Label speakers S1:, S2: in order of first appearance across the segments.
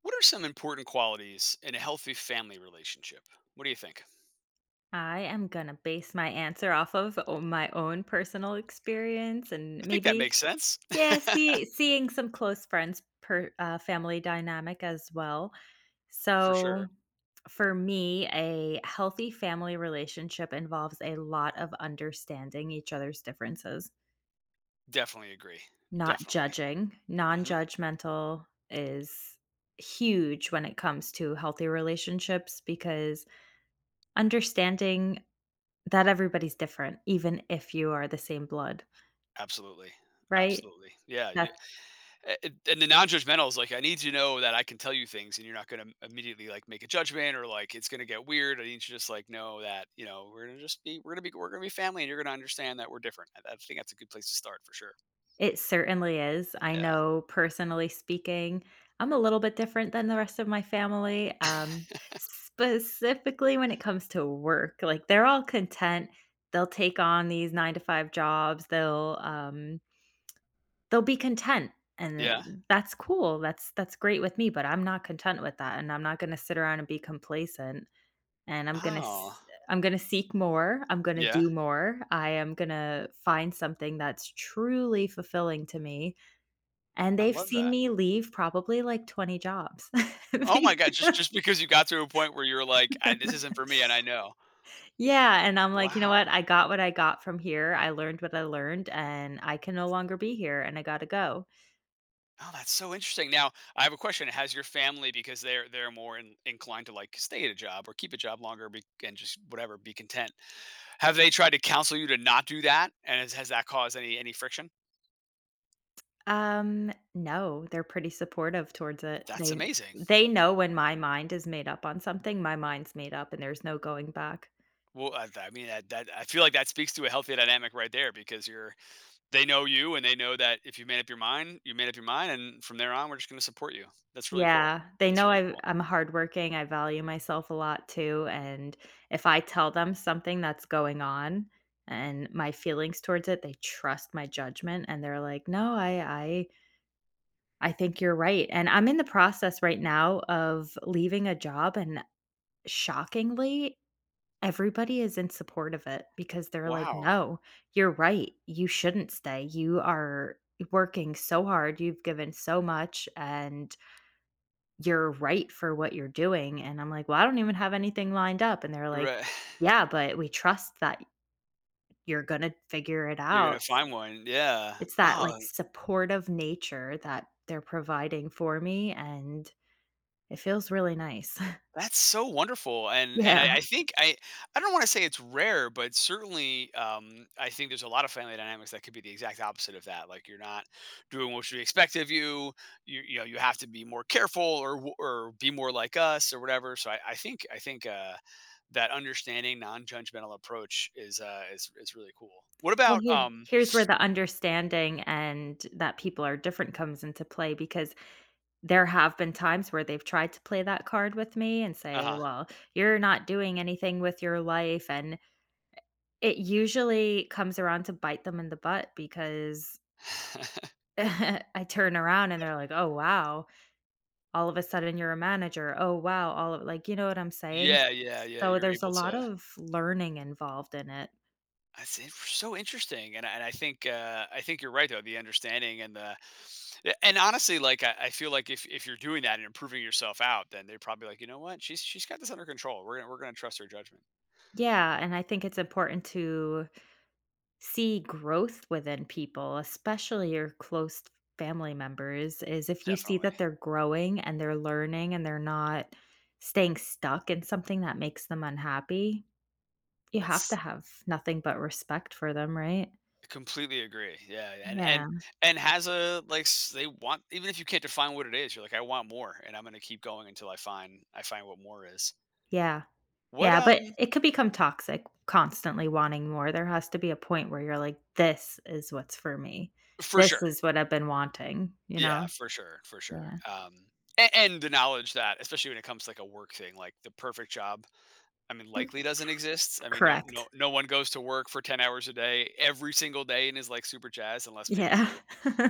S1: What are some important qualities in a healthy family relationship? What do you think?
S2: I am gonna base my answer off of o my own personal experience and
S1: I think that
S2: maybe
S1: makes sense.
S2: yeah, seeing some close friends per family dynamic as well.
S1: For
S2: So,
S1: sure.
S2: for me, a healthy family relationship involves a lot of understanding each other's differences,
S1: Definitely agree.
S2: not
S1: Definitely.
S2: judging.
S1: Hmm.
S2: Non-judgmental is huge when it comes to healthy relationships because understanding that everybody's different, even if you are the same blood,
S1: Absolutely.
S2: right?
S1: Absolutely. Yeah. You,
S2: That
S1: a- a- and the non judgmental is like, I need you to know that I can tell you things and you're not going to immediately like make a judgment or like it's going to get weird. I need you to just like know that, you know, we're going to just be, we're going to be, we're going to be family and you're going to understand that we're different. I think that's a good place to start for sure.
S2: it certainly is. I
S1: Yeah.
S2: know personally speaking, I'm a little bit different than the rest of my family, specifically when it comes to work. Like, they're all content. They'll take on these 9 to 5 jobs. They'll be content, and
S1: Yeah.
S2: that's cool. That's great with me, but I'm not content with that, and I'm not gonna sit around and be complacent. And I'm gonna
S1: Oh,
S2: s I'm gonna seek more, I'm gonna
S1: yeah.
S2: do more, I am gonna find something that's truly fulfilling to me, and
S1: I
S2: they've
S1: love
S2: seen
S1: that.
S2: me leave probably, like, 20 jobs.
S1: Oh my god,
S2: Becau
S1: just because you got to a point where you're like, "I this isn't for me," and I know.
S2: Yeah, and I'm like, "You know what?
S1: Wow.
S2: I got what I got from here, I learned what I learned, and I can no longer be here, and I gotta go."
S1: Oh, that's so interesting. Now, I have a question. Has your family because they're more inclined to like stay at a job or keep a job longer be, and just whatever, be content. Have they tried to counsel you to not do that? And has that caused any friction?
S2: No, they're pretty supportive towards it.
S1: That's
S2: They
S1: amazing.
S2: they know when my mind is made up on something, my mind's made up, and there's no going back.
S1: Well, I mean, that I feel like that speaks to a healthy dynamic right there because you're they know you and they know that if you made up your mind, you made up your mind, and from there on, we're just going to support you. That's really cool.
S2: Yeah, they
S1: That's
S2: know
S1: really
S2: I
S1: cool.
S2: I'm hardworking, I value myself a lot too, and if I tell them something that's going on and my feelings towards it, they trust my judgment and they're like, "No, I I think you're right." And I'm in the process right now of leaving a job and shockingly, everybody is in support of it because they're like,
S1: Wow.
S2: "No, you're right. You shouldn't stay. You are working so hard. You've given so much and you're right for what you're doing." And I'm like, "Well, I don't even have anything lined up." And they're like,
S1: Right.
S2: "Yeah, but we trust that you're going to figure it
S1: You're
S2: out."
S1: gonna find one, yeah.
S2: It's that like
S1: Oh,
S2: supportive nature that they're providing for me. And it feels really nice.
S1: that's so wonderful, and
S2: Yeah.
S1: I think I don't wanna say it's rare, but certainly, I think there's a lot of family dynamics that could be the exact opposite of that, like, you're not doing what should be expected of you, you you know, you have to be more careful or be more like us or whatever, so I think, that understanding non-judgmental approach is really cool. What
S2: Well,
S1: about?
S2: here, here's where the understanding and that people are different comes into play because there have been times where they've tried to play that card with me and say,
S1: Uh-huh.
S2: "Well, you're not doing anything with your life." And it usually comes around to bite them in the butt because I turn around and they're like, "Oh, wow. All of a sudden you're a manager. Oh, wow." All of like, you know what I'm saying?
S1: Yeah,
S2: So
S1: you're
S2: there's a
S1: able
S2: lot
S1: to.
S2: of learning involved in it.
S1: That's in so interesting, and I think, I think you're right, though, the understanding and the a and honestly, like, I feel like if you're doing that and improving yourself out, then they're probably like, "You know what? She's got this under control. We're gonna trust her judgment."
S2: Yeah, and I think it's important to see growth within people, especially your close family members, is if you see
S1: Definitely.
S2: that they're growing and they're learning and they're not staying stuck in something that makes them unhappy, you have to
S1: That's
S2: have nothing but respect for them, right?
S1: completely agree, yeah, and
S2: Yeah.
S1: and and has a, like, s they want even if you can't define what it is, you're like, "I want more, and I'm gonna keep going until I find what more is."
S2: Yeah.
S1: What?
S2: Yeah, but it could become toxic constantly wanting more. There has to be a point where you're like, "This is what's for me.
S1: For
S2: This
S1: sure.
S2: is what I've been wanting,"
S1: Yeah, for sure, for sure.
S2: Yeah.
S1: And the knowledge that, especially when it comes to like a work thing, like the perfect job, I mean,
S2: Mm,
S1: likely doesn't exist. I mean, no,
S2: correct.
S1: no, no one goes to work for 10 hours a day every single day and is like super jazz, unless maybe
S2: Yeah.
S1: you're,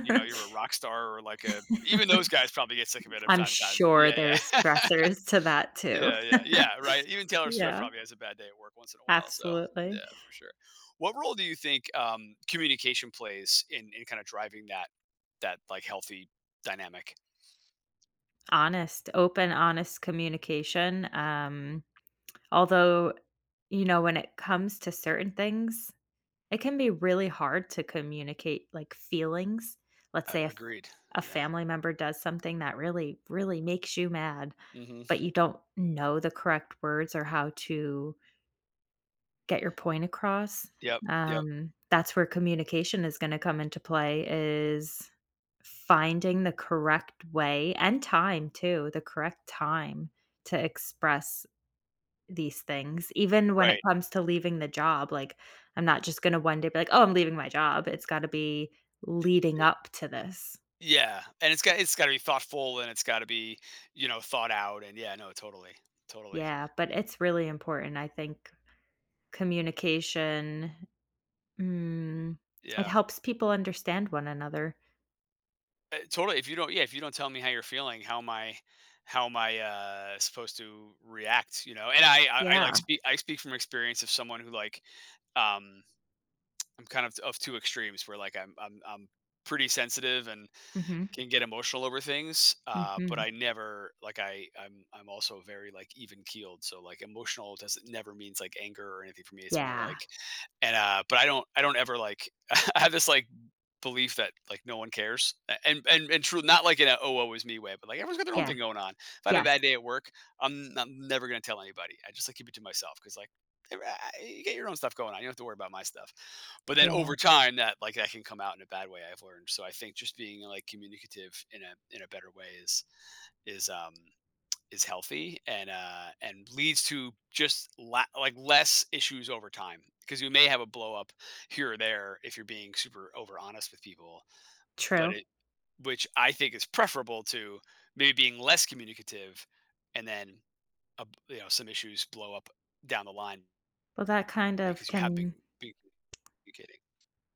S1: you know, you're a rock star or like a. Even those guys probably get sick of it from
S2: I'm
S1: time to time.
S2: sure
S1: Yeah,
S2: there's
S1: yeah,
S2: stressors to that too.
S1: yeah. Right. Even Taylor Swift
S2: Yeah,
S1: probably has a bad day at work once in a while. So yeah,
S2: absolutely.
S1: for sure. What role do you think communication plays in kind of driving that like healthy dynamic?
S2: Honest, open, honest communication, although, you know, when it comes to certain things, it can be really hard to communicate, like, feelings. Let's say if
S1: Agreed.
S2: a
S1: Yeah.
S2: family member does something that really, really makes you mad,
S1: Mhm.
S2: but you don't know the correct words or how to get your point across,
S1: Yep, yep,
S2: that's where communication is gonna come into play is finding the correct way and time too, the correct time to express these things, even when it
S1: right.
S2: comes to leaving the job, like, I'm not just gonna one day be like, "Oh, I'm leaving my job." It's gotta be
S1: It
S2: leading
S1: it
S2: up to this.
S1: yeah, and it's gotta be thoughtful, and it's gotta be, you know, thought out, and yeah, no, totally, totally.
S2: Yeah, but it's really important, I think communication, mm, it
S1: Yeah,
S2: helps people understand one another.
S1: totally, if you don't yeah, if you don't tell me how you're feeling, how am I, supposed to react, you know? And
S2: Yeah.
S1: I speak from experience of someone who, like, um I'm kind of 2 extremes where, like, I'm pretty sensitive and
S2: Mhm.
S1: can get emotional over things, but
S2: Mhm.
S1: I never like, I'm also very like even keeled, so like emotional doesn't never means like anger or anything for me. It's more
S2: Yeah.
S1: like, and but I don't ever like, I have this like belief that like no one cares, and true, not like in a oh woe is me way, but like everyone's got their own
S2: Yeah.
S1: thing going on. If I have a
S2: Yes.
S1: bad day at work, I'm never going to tell anybody. I just like keep it to myself because like, eh, you get your own stuff going on. You don't have to worry about my stuff. But then
S2: Yeah.
S1: over time that like that can come out in a bad way, I've learned. So I think just being like communicative in a better way is is um is healthy, and leads to just like less issues over time, because you may have a blow up here or there if you're being super over honest with people, but
S2: True.
S1: it which I think is preferable to maybe being less communicative, and then, you know, some issues blow up down the line
S2: Well, that kind of
S1: because you haven't
S2: can
S1: been communicating.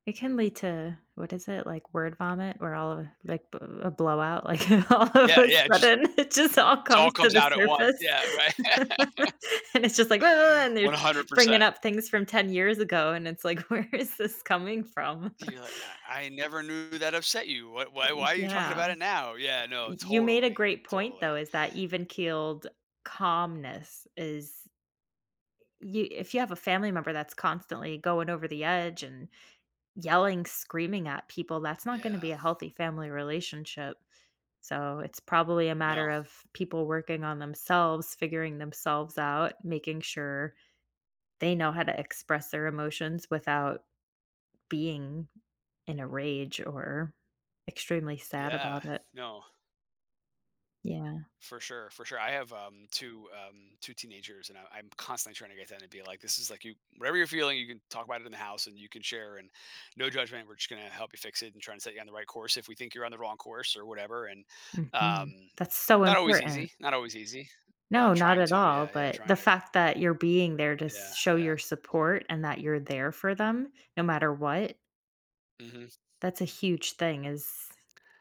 S2: it can lead to what is it, like, word vomit where all of
S1: Y-
S2: like, b a blowout, like, all of
S1: Yeah,
S2: a
S1: yeah, it just
S2: sudden, it just all
S1: it all
S2: comes to
S1: comes
S2: the
S1: out at once.
S2: surface.
S1: Yeah, right.
S2: And it's just like, "Whoa, whoa, whoa," and they're
S1: One hundred
S2: bringing
S1: percent.
S2: up things from 10 years ago, and it's like, "Where is this coming from?"
S1: You're like, I never knew that upset you. What? Why? Why are you talking
S2: Yeah.
S1: about it now? Yeah, no,
S2: You made a
S1: totally,
S2: great point, though,
S1: totally.
S2: is that even-keeled calmness is you if you have a family member that's constantly going over the edge and yelling, screaming at people, that's not gonna be
S1: Yeah,
S2: a healthy family relationship. So it's probably a matter
S1: no,
S2: of people working on themselves, figuring themselves out, making sure they know how to express their emotions without being in a rage or extremely sad
S1: yeah,
S2: about it.
S1: no.
S2: Yeah.
S1: For sure, for sure. I have two two teenagers, and I'm constantly trying to get them to be like, this is like you, whatever you're feeling, you can talk about it in the house, and you can share, and no judgment. We're just gonna help you fix it and trying to set you on the right course if we think you're on the wrong course or whatever. And
S2: Mhm.
S1: um,
S2: That's so
S1: not always
S2: important.
S1: easy, not always easy,
S2: No,
S1: but
S2: not
S1: trying
S2: at
S1: to,
S2: all,
S1: yeah, yeah,
S2: but
S1: trying
S2: the
S1: to,
S2: fact that you're being there to s
S1: yeah,
S2: show
S1: yeah,
S2: your support and that you're there for them no matter what.
S1: mm-hmm.
S2: That's a huge thing is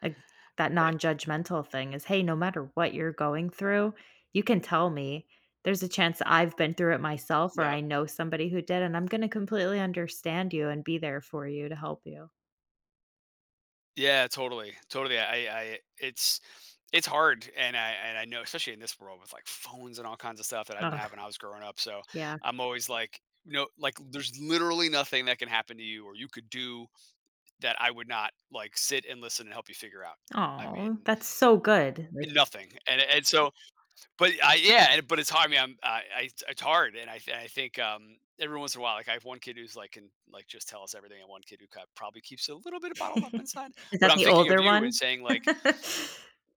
S2: like that non-judgmental thing is, "Hey, no matter what you're going through, you can tell me. There's a chance I've been through it myself or
S1: Yeah.
S2: I know somebody who did, and I'm gonna completely understand you and be there for you to help you."
S1: Yeah, totally, totally. I, it's, it's hard, and I know, especially in this world with like phones and all kinds of stuff that I didn't have
S2: Ugh,
S1: when I was growing up. So
S2: yeah.
S1: I'm always like, no, like there's literally nothing that can happen to you or you could do that I would not like sit and listen and help you figure out. I
S2: Oh,
S1: mean,
S2: that's so good, like
S1: nothing, and so, but I, yeah, and, but it's hard. I mean, it's hard, and I, I think, every once in a while, like I have one kid who's like can like just tell us everything, and one kid who probably keeps it a little bit bottled up inside,
S2: Is
S1: but
S2: that
S1: I'm
S2: the
S1: thinking of
S2: older
S1: you and
S2: one?
S1: saying like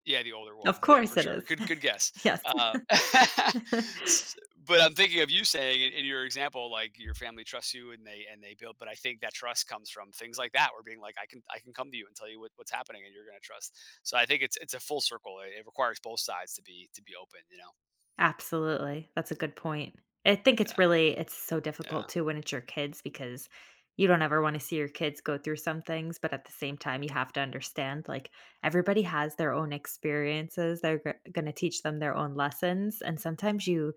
S1: yeah, the older one.
S2: Of
S1: Yeah,
S2: course
S1: for
S2: it
S1: sure.
S2: is.
S1: Good guess.
S2: Yes.
S1: S but I'm thinking of you saying in your example, like, your family trusts you and they build but I think that trust comes from things like that where being like, I can come to you and tell you what what's happening, and you're gonna trust." So I think it's a full circle. It requires both sides to be open, you know?
S2: Absolutely. That's a good point. I think it's
S1: Yeah,
S2: really it's so
S1: yeah.
S2: difficult too when it's your kids because you don't ever want to see your kids go through some things, but at the same time you have to understand like everybody has their own experiences. They're going to teach them their own lessons and sometimes you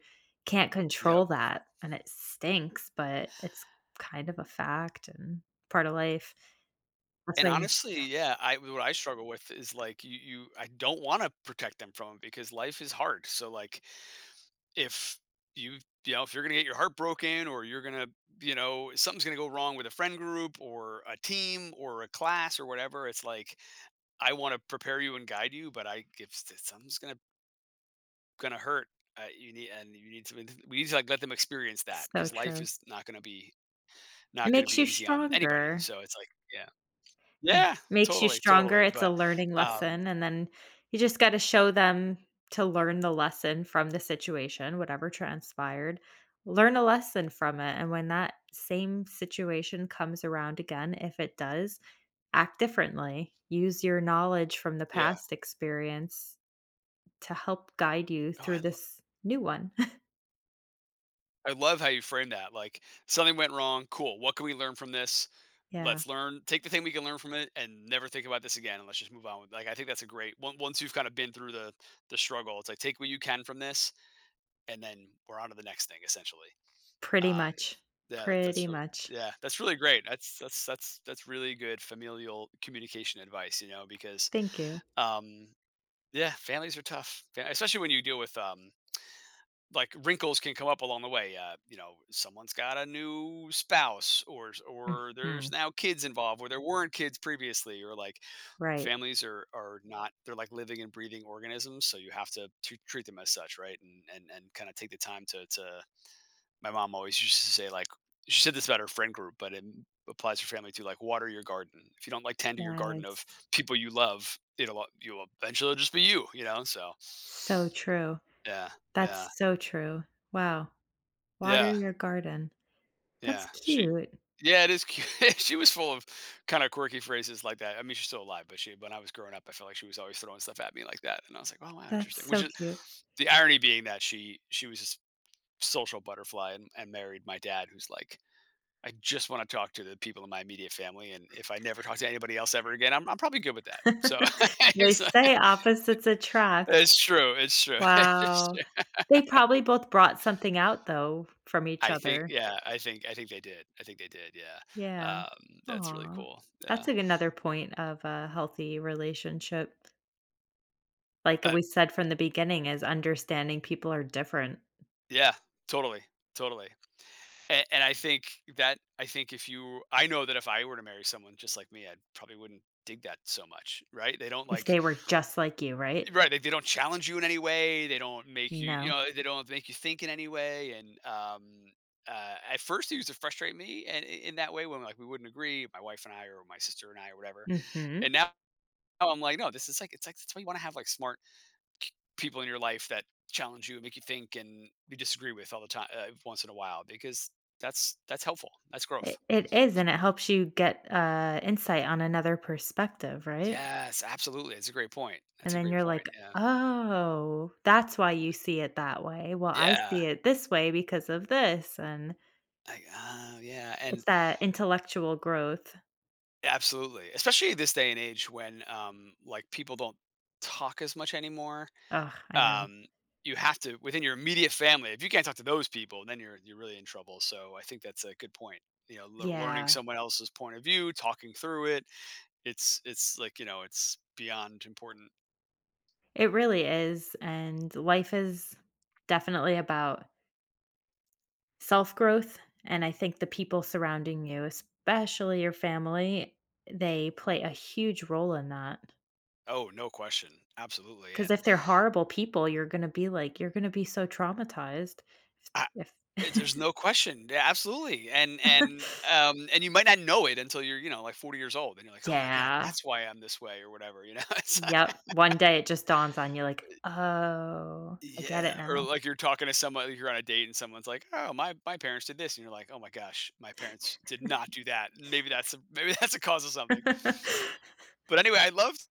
S2: can't
S1: Yep.
S2: control that and it stinks, but it's kind of a fact and part of life. That's
S1: And
S2: why
S1: honestly, yeah, I what I struggle with is, like, you I don't wanna protect them from it because life is hard. So, like, if you, you know, if you're gonna get your heart broken or you're gonna you know something's gonna go wrong with a friend group or a team or a class or whatever, it's like I want to prepare you and guide you, but I if s- something's gonna gonna hurt, you need, and you need to, we need to like let them experience that
S2: it's so
S1: because life
S2: true.
S1: is not gonna be
S2: It
S1: not gonna
S2: makes
S1: be
S2: you
S1: easy on anybody,
S2: stronger.
S1: so it's like yeah,
S2: It
S1: yeah,
S2: makes you
S1: totally,
S2: stronger,
S1: totally,
S2: it's a
S1: but
S2: learning
S1: um
S2: lesson, and then you just gotta show them to learn the lesson from the situation, whatever transpired. Learn a lesson from it, and when that same situation comes around again, if it does, act differently. Use your knowledge from the
S1: yeah.
S2: past experience to help guide you
S1: oh
S2: through
S1: i
S2: this new one.
S1: I love how you frame that. Like something went wrong. Cool. What can we learn from this?
S2: Yeah,
S1: Let's learn. Take the thing we can learn from it, and never think about this again. And let's just move on. With, like I think that's a great. Once you've kind of been through the struggle, it's like take what you can from this, and then we're on to the next thing. Essentially.
S2: pretty
S1: Um.
S2: much.
S1: Yeah.
S2: Pretty
S1: That's really.
S2: much.
S1: Yeah. That's really great. That's really good familial communication advice. You know, because
S2: Thank you.
S1: um. Yeah, families are tough, especially when you deal with like wrinkles can come up along the way. You know, someone's got a new spouse, or there's
S2: Mhm.
S1: now kids involved, where there weren't kids previously, or like
S2: Right.
S1: families are not they're like living and breathing organisms, so you have to treat them as such, right? And kind of take the time to to. My mom always used to say, like she said this about her friend group, but it applies to family too. Like water your garden. If you don't like tend to your garden
S2: Yes.
S1: of people you love, it'll you'll eventually just be you, you know. So
S2: So true.
S1: yeah, yeah,
S2: That's so true. Wow. Water
S1: yeah.
S2: your garden. That's
S1: Yeah, she
S2: cute.
S1: Yeah, it is cute. She was full of kinda quirky phrases like that. I mean, she's still alive, but she when I was growing up, I felt like she was always throwing stuff at me like that, and I was like, "Oh, wow,
S2: That's
S1: interesting." Which
S2: so
S1: is
S2: cute.
S1: the irony being that she was this social butterfly and married my dad, who's like, "I just wanna talk to the people in my immediate family, and if I never talk to anybody else ever again, I'm probably good with that." So,
S2: They
S1: it's like
S2: say opposites attract.
S1: it's true, it's true. It's
S2: Wow.
S1: true.
S2: They probably both brought something out though from each
S1: I think
S2: other.
S1: yeah, I think they did. I think they did, yeah.
S2: Yeah.
S1: That's really
S2: Aw.
S1: cool,
S2: That's
S1: yeah.
S2: like another point of a healthy relationship. Like
S1: Uh
S2: we said from the beginning is understanding people are different.
S1: Yeah, totally, totally. And I think that I think if you, I know that if I were to marry someone just like me, I probably wouldn't dig that so much, right? They don't
S2: If
S1: like,
S2: they were just like you, right?
S1: right? They don't challenge you in any way. They don't make you, you
S2: No.
S1: know, they don't make you think in any way. And at first, they used to frustrate me, and in that way, when like we wouldn't agree, my wife and I, or my sister and I, or whatever. And
S2: Mhm.
S1: now I'm like, no, this is like, it's like that's why you want to have like smart c- people in your life that challenge you and make you think and you disagree with all the time once in a while because that's helpful, that's growth.
S2: It is, and it helps you get, insight on another perspective, right?
S1: Yes, absolutely, it's a great point,
S2: And
S1: that's a
S2: then
S1: great
S2: you're
S1: point,
S2: like,
S1: yeah.
S2: "Oh, that's why you see it that way. Well, I
S1: Yeah,
S2: see it this way because of this," and
S1: like, yeah.
S2: it's
S1: And
S2: that intellectual growth.
S1: absolutely, especially this day and age when like people don't talk as much anymore.
S2: Oh, I know.
S1: um you have to within your immediate family. If you can't talk to those people, then you're really in trouble, so I think that's a good point. You know, learning
S2: Yeah,
S1: someone else's point of view, talking through it. It's like, you know, it's beyond important.
S2: it really is, and life is definitely about self-growth, and I think the people surrounding you, especially your family, they play a huge role in that.
S1: Oh, no question. Absolutely.
S2: 'Cause
S1: And
S2: if they're horrible people, you're gonna be like you're gonna be so traumatized
S1: I
S2: if
S1: eh, there's no question. Yeah, absolutely. And you might not know it until you're, you know, like 40 years old and you're like, "Oh my god,
S2: Yeah.
S1: that's why I'm this way," or whatever, you know? It's like
S2: Yep. One day it just dawns on you like, "Oh, I get it
S1: yeah, or
S2: now."
S1: like you're talking to someone, you're on a date and someone's like, "Oh, my parents did this," and you're like, "Oh my gosh, my parents did not do that." Maybe that's a maybe that's a cause of something. But anyway,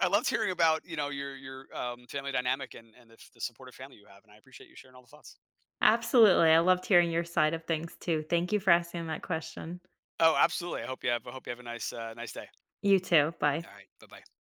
S1: I loved hearing about, you know, your family dynamic and the supportive family you have, and I appreciate you sharing all the thoughts.
S2: Absolutely. I loved hearing your side of things too. Thank you for asking that question.
S1: Oh, absolutely. I hope you have a nice, nice day.
S2: You too. Bye.
S1: All right. Bye bye.